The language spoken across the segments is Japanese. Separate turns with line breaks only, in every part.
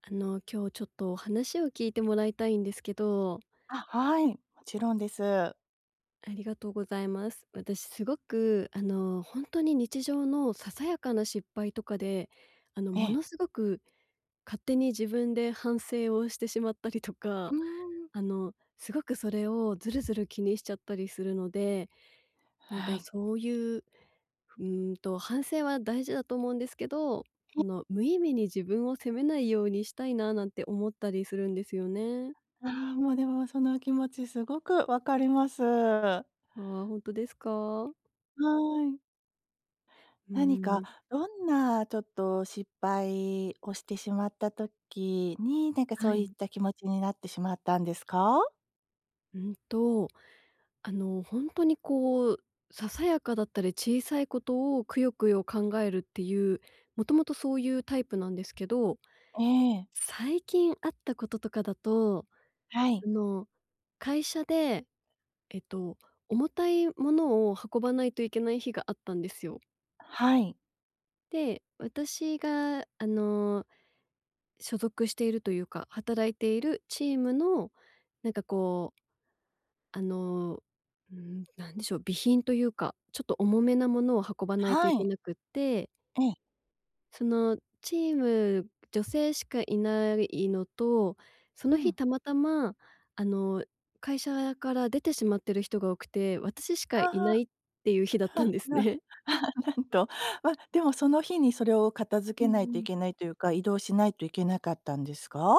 今日ちょっとお話を聞いてもらいたいんですけど、
あ、はい、もちろんです。
ありがとうございます。私すごく、本当に日常のささやかな失敗とかで、
え
も
え。
のすごく勝手に自分で反省をしてしまったりと
う
か、
ーん。
すごくそれをずるずる気にしちゃったりするので、なん
は
か
い。
そういう、反省は大事だと思うんですけど、その無意味に自分を責めないようにしたいななんて思ったりするんですよね。
ああ、もうでもその気持ちすごくわかります。は
ああ、ほですか？
い。
うー
何か
ん、
どんなちょっと失敗をしてしまった時に、なんかそ
は
ういっ
い。
た気持ちになってしまったんですか？
うんと、本当にこう、ささやかだったり小さいことをくよくよ考えるっていう、もともとそういうタイプなんですけど、
ええ。
最近あったこととかだと、
はい。
あの、会社で、えっと、重たいものを運ばないといけない日があったんですよ。
はい。
で、私が、所属しているというか、働いているチームの、なんかこうあの、うなんでしょう、備品というか、ちょっと重めなものを運ばないと
は
いけ
い。
なくって、
ええ。
そのチーム、女性しかいないのと、そ
う
の日
ん。
たまたま、あの、会社から出てしまってる人が多くて、私しかい
あ
な
あ、
いっていう日だったんです
な
ね。
なんと、ま、でもその日にそれを片付
う
け
ん
ないとい
うん。
けないというか、移動しないといけなかったんですか？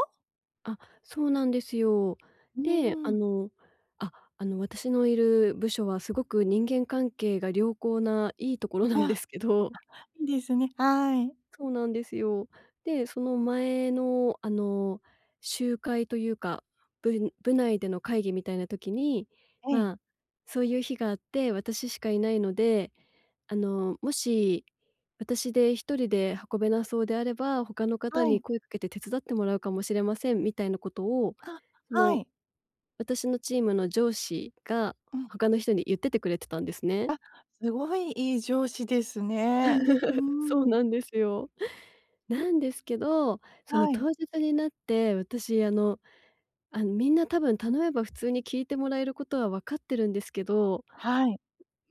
あ、そうなんですよ。
う
で、
ーん。
あ、私のいる部署はすごく人間関係が良好ないいところなん
あ、
ですけど。
いいですね。はい。
そうなんですよ。で、その前の、集会というか、部内での会議みたいな時に、
ええ、
まあ、そういう日があって、私しかいないので、もし私で一人で運べなそうであれば、他の方
は
に
い。
声かけて手伝ってもらうかもしれませんみたいなことを、
あ、
そ
は
の、
い。
私のチームの上司が
うん、
他の人に言っててくれてたんですね。
すごいいい上司ですね。う
そう
ーん。
なんですよ。なんですけど、その
はい。
当日になって、私みんな多分頼めば普通に聞いてもらえることは分かってるんですけど、
はい。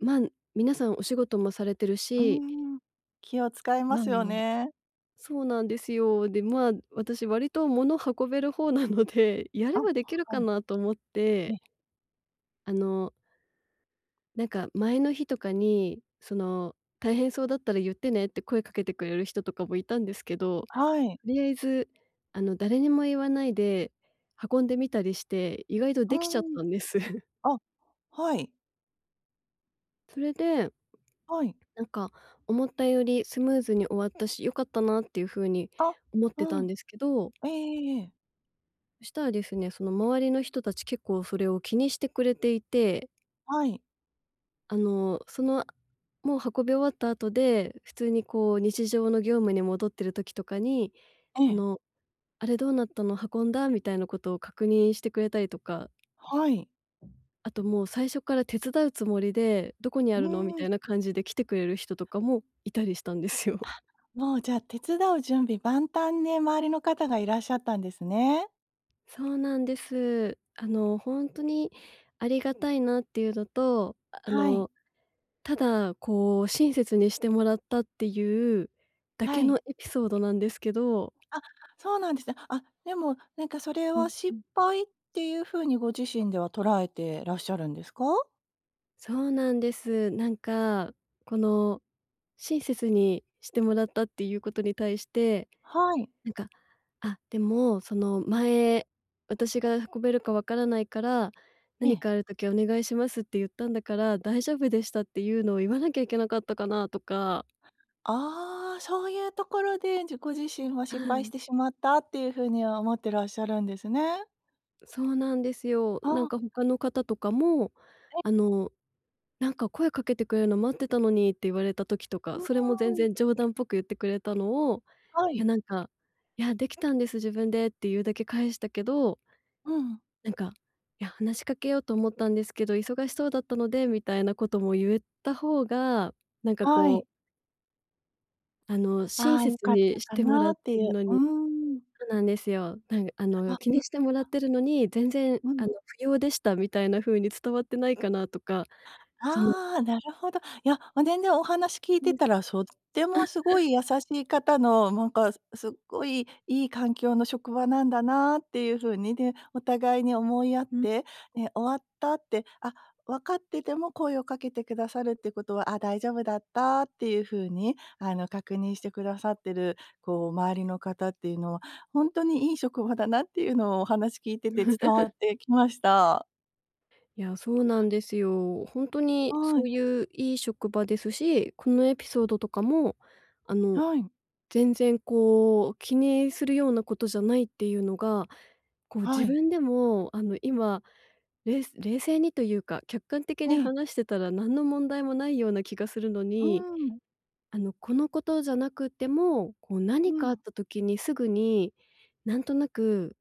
まあ、皆さんお仕事もされてる
うー
し、
ん。気を使いま
まあ
すよね。
そうなんですよ。で、まあ、私割と物運べる方なので、や
あ、
れ
は
ばできるか
い。
なと思って、
え、
あの、なんか前の日とかに、その、「大変そうだったら言ってね」って声かけてくれる人とかもいたんですけど、と
はい。
りあえず、誰にも言わないで運んでみたりして、意外と
う
できちゃっ
ーん。
たんです。
あ、はい。
それで、
はい。
なんか思ったよりスムーズに終わったし、良かったなっていう風に
あ、
思って
う
たん
ん。
ですけど、
ええええええ。
そしたらですね、その周りの人たち結構それを気にしてくれていて、
はい。
その、もう運び終わった後で、普通にこう日常の業務に戻ってる時とかに、
え
こ
え、
の、「あれどうなったの？運んだ？」みたいなことを確認してくれたりとか、
はい。
あともう最初から手伝うつもりで、「どこに
う
あるの？」み
ー
た
ん。
いな感じで来てくれる人とかもいたりしたんですよ。
もうじゃあ手伝う準備万端で周りの方がいらっしゃったんですね。
そうなんです。ほんとにありがたいなっていうのと、
はい。
ただこう親切にしてもらったっていうだ
は
け
い。
のエピソードなんですけど。
あ、そうなんですね。あ、でも、なんかそれ
う
は
んう
失
ん。
敗っていう風にご自身では捉えてらっしゃるんですか？
そうなんです。なんか、この親切にしてもらったっていうことに対して、
はい。
なんか、あ、でも、その前、私が運べるかわからないから、
え
「何
え。
かある時お願いします」って言ったんだから、「大丈夫でした」っていうのを言わなきゃいけなかったかなとか。
ああ、そういうところで、ご自身は
は
失敗し
い。
てしまったっていう風には思ってらっしゃるんですね。
そうなんですよ。な
あ
ん
あ、
か他の方とかも、あの、「なんか声かけてくれるの待ってたのに」って言われた時と
う
か、それも全
ーん。
然冗談っぽく言ってくれたのを、
は
いや
い。
なんか、「いや、できたんです、自分で」っていうだけ返したけど、
うん。
なんか、いや、話しかけようと思ったんですけど、忙しそうだったので、みたいなことも言えた方が、なんか
は
こ
い。
う、親
ああ、良
切
かっ
にし
たか
てもら
な
っ
って
て
いう。
るの
う
に。
ーん。
そうなんですよ。なんか
あ、
気にしてもらってるのに、全然、
うん。
不要でしたみたいな風に伝わってないかなとか、その。
ああ、なるほど。いや、ま全然お話聞い
う
て
ん
たら、とってもすごい優しい方の、なんかすっごいいい環境の職場なんだなっていう風に、で、お互いに思い合っ
うん。
て、ね、終わったって、あ、分かってても声をかけてくださるってことは、あ、大丈夫だったっていう風に、あの、確認してくださってる、こう、周りの方っていうのは、ほんとにいい職場だなっていうのをお話聞いてて伝わってきました。
いや、そうなんですよ。ほんとに
は
そ
い。
ういういい職場ですし、このエピソードとかも、あの
はい。
全然こう、気にするようなことじゃないっていうのが、こう
は
自
い。
分でも今、冷静にというか、客観的に
ええ。
話してたら何の問題もないような気がするの
う
に、
ん、
このことじゃなくても、こう何
う
かあっ
ん、
た時にすぐに、なんとなく、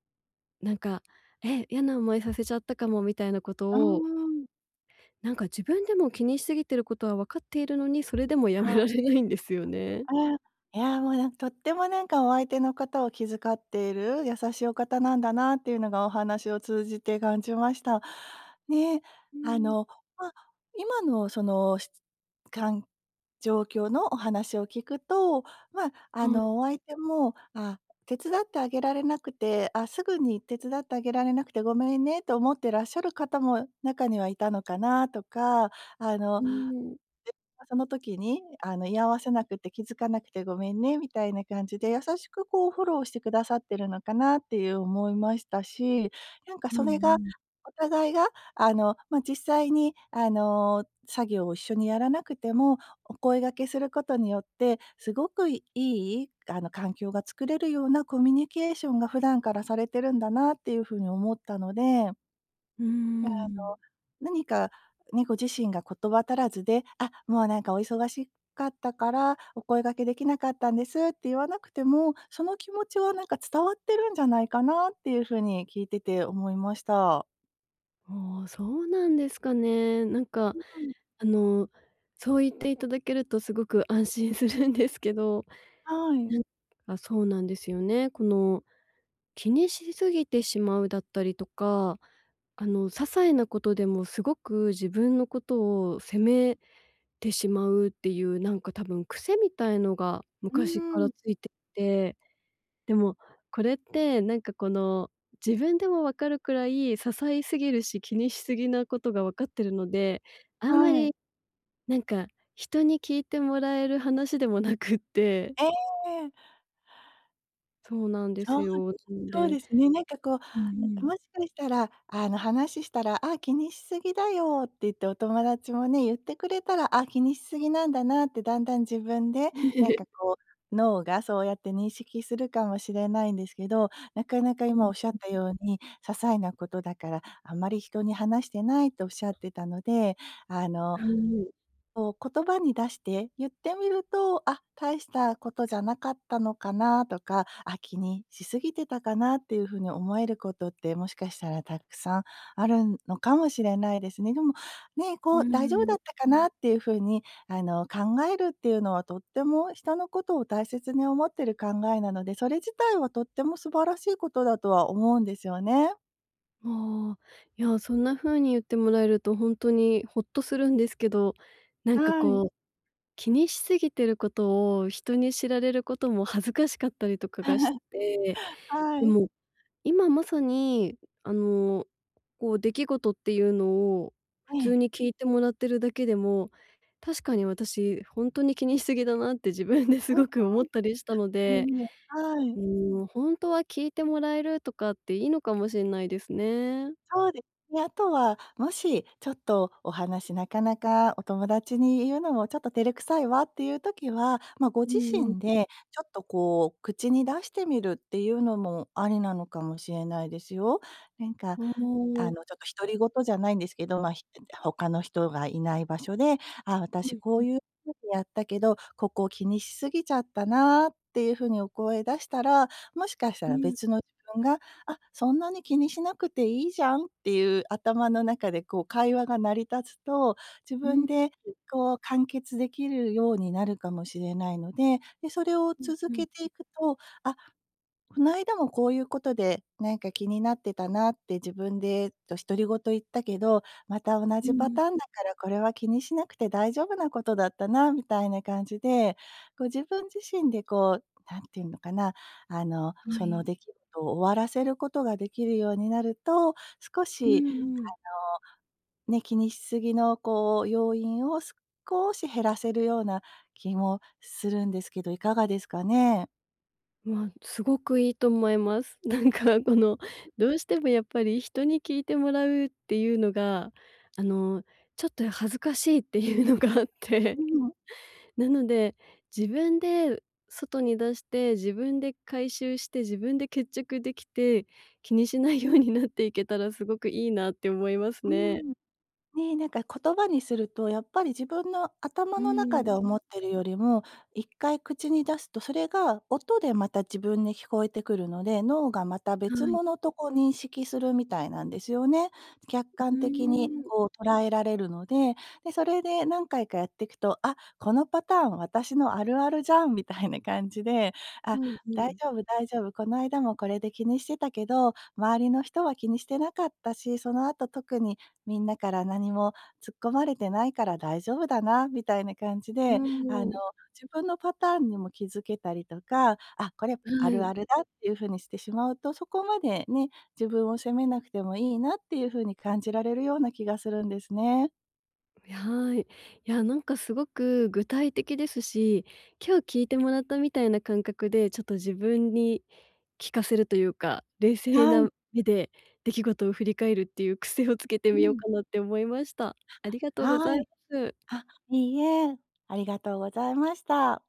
なんか、え、嫌な思いさせちゃったかもみたいなこと
う
を、
ーん。
なんか自分でも気にしすぎてることは分かっているのに、それでもや
は
め
い。
られないんですよね。
ああ、いや、もう、なんとっても、なんか、お相手の方を気遣っている優しいお方なんだなっていうのがお話を通じて感じました。ね、
う
あ
ん。
の、ま、今の、その、しかん状況のお話を聞くと、ま、あ
はい。
の、お相手も、あ、手伝ってあげられなくて、あ、すぐに手伝ってあげられなくてごめんねと思ってらっしゃる方も中にはいたのかなとか、あの
うん。
その時に、あの、居合わせなくて気づかなくてごめんねみたいな感じで、優しくこうフォローしてくださってるのかなっていう思いましたし、なんか
うん
そ
う
れが、
ん。
お互いが、あの、ま、実際に、あの、作業を一緒にやらなくても、お声掛けすることによって、すごくいい、あの、環境が作れるようなコミュニケーションが普段からされてるんだなっていう風に思ったので
うーん。
何かね、ご自身が言葉足らずで、あ、もうなんかお忙しかったから、お声掛けできなかったんですって言わなくても、その気持ちはなんか伝わってるんじゃないかなっていう風に聞いてて思いました。
ああ、そうなんですかね。なんか、
うん、
あの、そう言っていただけるとすごく安心するんですけど、
はい。
なんかそうなんですよね。この、気にしすぎてしまうだったりとか、些細なことでもすごく自分のことを責めてしまうっていう、なんか多分癖みたいのが
うー
昔から
ん、
ついていて。でも、これってなんかこの、自分でも分かるくらい些細すぎるし、気にしすぎなことが分かってるので、あんま
はい。
りなんか人に聞いてもらえる話でもなくって。
ええ、
そうなんです
そう、
よ。なの
そう
で。
ですね。なんかこ
うんう
うも
ん。
しかしたら、あの、話したら「あ、気にしすぎだよ」って言ってお友達もね、言ってくれたら、あ、気にしすぎなんだなって、だんだん自分で、なんか こう、脳がそうやって認識するかもしれないんですけど、なかなか
う
今
ん。
おっしゃったように、些細なことだから、あまり人に話してないとおっしゃってたので、あの
はい。
こう、言葉に出して言ってみると、あ、大したことじゃなかったのかなとか、あ、気にしすぎてたかなっていうふうに思えることって、もしかしたらたくさんあるのかもしれないですね。でも、ね、
う
こう、大丈夫だ
ん。
ったかなっていうふうに、あの、考えるっていうのはとっても人のことを大切に思ってる考えなので、それ自体はとっても素晴らしいことだとは思うんですよね。
ああ、いや、そんな風に言ってもらえると本当にほっとするんですけど、なんか
は
こ
い。
う、気にしすぎてることを人に知られることも恥ずかしかったりとかがして。
は
で
い。
も、今まさに、あの、こう、出来事っていうのを
え
普通
え。
に聞いてもらってるだけでも、確かに私ほんとに気にしすぎだなって自分で す
うん、
ごく思ったりしたの
え
で、
え。はい。
うーん、ほんとは聞いてもらえるとかっていいのかもしんないですね。
そうですね。あとは、もしちょっとお話なかなかお友達に言うのもちょっと照れくさいわっていう時は、まあ、ご
う
自
んう
身
ん。
でちょっとこう口に出してみるっていうのもありなのかもしれないですよ。なんか
あ
あ
あ、
の、ちょっと独り言じゃないんですけど、まあ、他の人がいない場所で、あ
う
私
ん
こ
う
う
ん、
いうふうにやったけど、ここを気にしすぎちゃったなっていうふうにお声出したら、もしかした
う
ら
ん、うん。
別の自分が、あ、そんなに気にしなくていいじゃんっていう頭の中でこう会話が成り立つと、自
う
分
ん
でこう完結できるようになるかもしれないので、で、それを
う
続
ん、
けていくと、あ、こないだもこういうことで、なんか気になってたなって自分でと独り言言ったけど、また同
う
じパ
ん
ターンだからこれは気にしなくて大丈夫なことだったなみたいな感じで、こう自分自身でこう、なんていうのかな、あの、
うん、は
その
い。
出来事を終わらせることができるようになると、少
う
し
んうん。
ね、気にしすぎのこう要因を少し減らせるような気もするんですけど、いかがですかね？
まあすごくいいと思います。なんかこの、どうしてもやっぱり人に聞いてもらうっていうのが、あの、ちょっと恥ずかしいっていうのがあって、
うん、
なので、自分で外に出して、自分で回収して、自分で決着できて、気にしないようになっていけたらすごくいいなって思います
う
ね。
ん。ねえ、なんか言葉にすると、やっぱり自分の頭
う
の中で
ん。
思ってるよりも、一回口に出すと、それが音でまた自分に聞こえてくるので、脳がまた
は
別
い。
物とこう認識するみたいなんですよね。客
うー
観的に
ん。
こう捉えられるので、で、それで何回かやっていくと、あ、このパターン私のあるあるじゃんみたいな感じで、あ、
うんう
大
ん。
丈夫大丈夫、この間もこれで気にしてたけど、周りの人は気にしてなかったし、その後特にみんなから何も突っ込まれてないから大丈夫だなみたいな感じ
うー
で、あの、
ん。
自分のパターンにも気づけたりとか、あ、これあ
は
る
い。
あるだっていう風にしてしまうと、そこまでね、自分を責めなくてもいいなっていう風に感じられるような気がするんですね。
はい。いや、なんかすごく具体的ですし、今日聞いてもらったみたいな感覚で、ちょっと自分に聞かせるというか、冷静
はい。
な目で出来事を振り返るっていう癖をつけて
う
みよう
ん。
かなって思いました。ありがとうござ
は
い
い。
ます。
あ、いいえ、ありがとうございました。